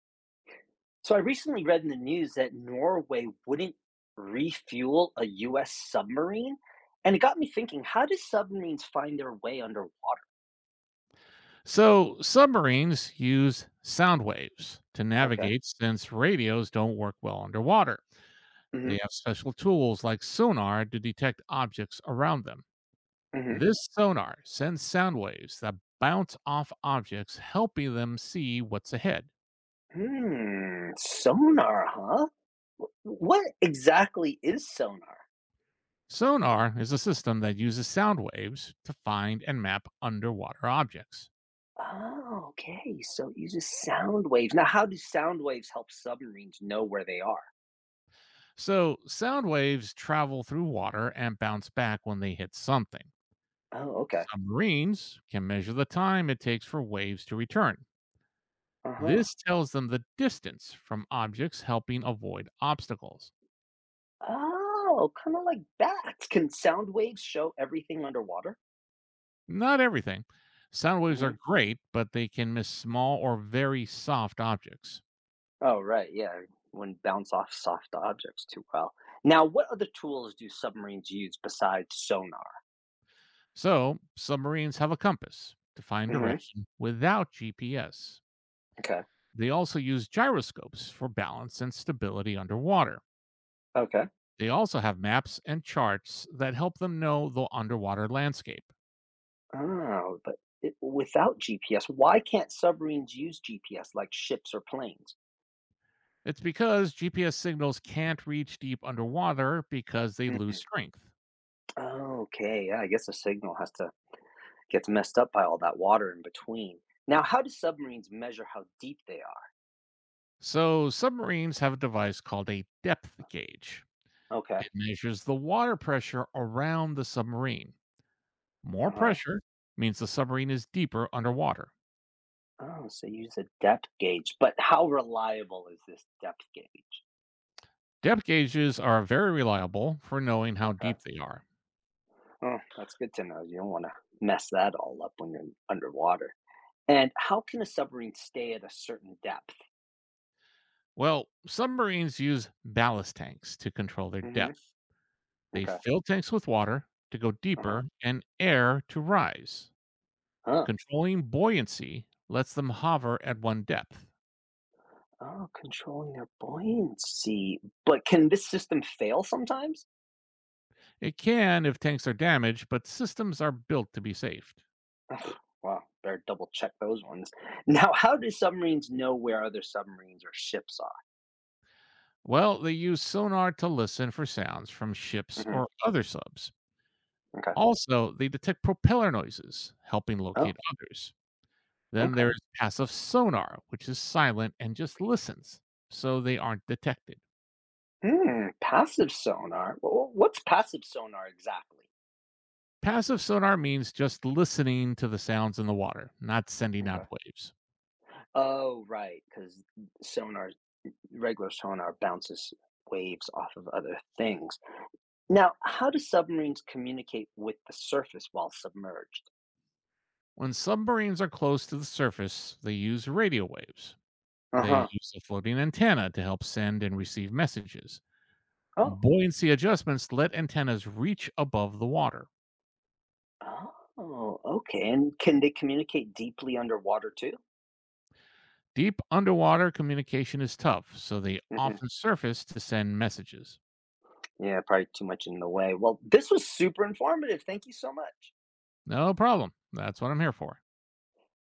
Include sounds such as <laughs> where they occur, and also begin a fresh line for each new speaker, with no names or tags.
So I recently read in the news that Norway wouldn't refuel a US submarine. And it got me thinking, how do submarines find their way underwater?
So, submarines use sound waves to
Okay.
navigate since radios don't work well underwater.
Mm-hmm.
They have special tools like sonar to detect objects around them.
Mm-hmm.
This sonar sends sound waves that bounce off objects, helping them see what's ahead.
Hmm. Sonar, huh? What exactly is sonar?
Sonar is a system that uses sound waves to find and map underwater objects.
Oh, okay. So it uses sound waves. Now, how do sound waves help submarines know where they are?
So, sound waves travel through water and bounce back when they hit something.
Oh, okay.
Submarines can measure the time it takes for waves to return.
Uh-huh.
This tells them the distance from objects, helping avoid obstacles.
Oh, kind of like bats. Can sound waves show everything underwater?
Not everything. Sound waves are great, but they can miss small or very soft objects.
Oh, right, yeah, wouldn't bounce off soft objects too well. Now, what other tools do submarines use besides sonar?
So, submarines have a compass to find
Mhm.
direction without GPS.
Okay.
They also use gyroscopes for balance and stability underwater.
okay
They also have maps and charts that help them know the underwater landscape.
Oh, but without GPS, why can't submarines use GPS like ships or planes?
It's because GPS signals can't reach deep underwater because they lose
Mhm.
strength.
Oh, okay, yeah, I guess the signal has to gets messed up by all that water in between. Now, how do submarines measure how deep they are?
So, submarines have a device called a depth gauge.
Okay.
It measures the water pressure around the submarine. More
Uh-huh.
pressure means the submarine is deeper underwater.
Oh, so use a depth gauge, but how reliable is this depth gauge?
Depth gauges are very reliable for knowing how
Okay.
deep they are.
Oh, that's good to know. You don't want to mess that all up when you're underwater. And how can a submarine stay at a certain depth?
Well, submarines use ballast tanks to control their
Hmm.
depth. They
Okay.
fill tanks with water to go
Uh-huh.
deeper and air to rise.
Huh.
Controlling buoyancy lets them hover at one depth.
Oh, controlling their buoyancy. But can this system fail sometimes?
It can if tanks are damaged, but systems are built to be safe.
Ugh, wow, better double check those ones. <laughs> Now, how do submarines know where other submarines or ships are?
Well, they use sonar to listen for sounds from ships
Hmm.
or other subs.
Okay.
Also, they detect propeller noises, helping
Oh,
locate others. Then there
okay.
is passive sonar, which is silent and just listens, so they aren't detected.
Hmm, passive sonar. What's passive sonar exactly?
Passive sonar means just listening to the sounds in the water, not sending out
Okay.
waves.
Oh, right, because sonar Regular sonar bounces waves off of other things. Now, how do submarines communicate with the surface while submerged?
When submarines are close to the surface, they use radio waves.
Uh
They
huh.
use a floating antenna to help send and receive messages.
Oh.
Buoyancy adjustments let antennas reach above the water.
Oh, okay. And can they communicate deeply underwater too?
Deep underwater communication is tough, so they
Hmm.
often surface to send messages.
Yeah, probably too much in the way. Well, this was super informative. Thank you so much.
No problem. That's what I'm here for.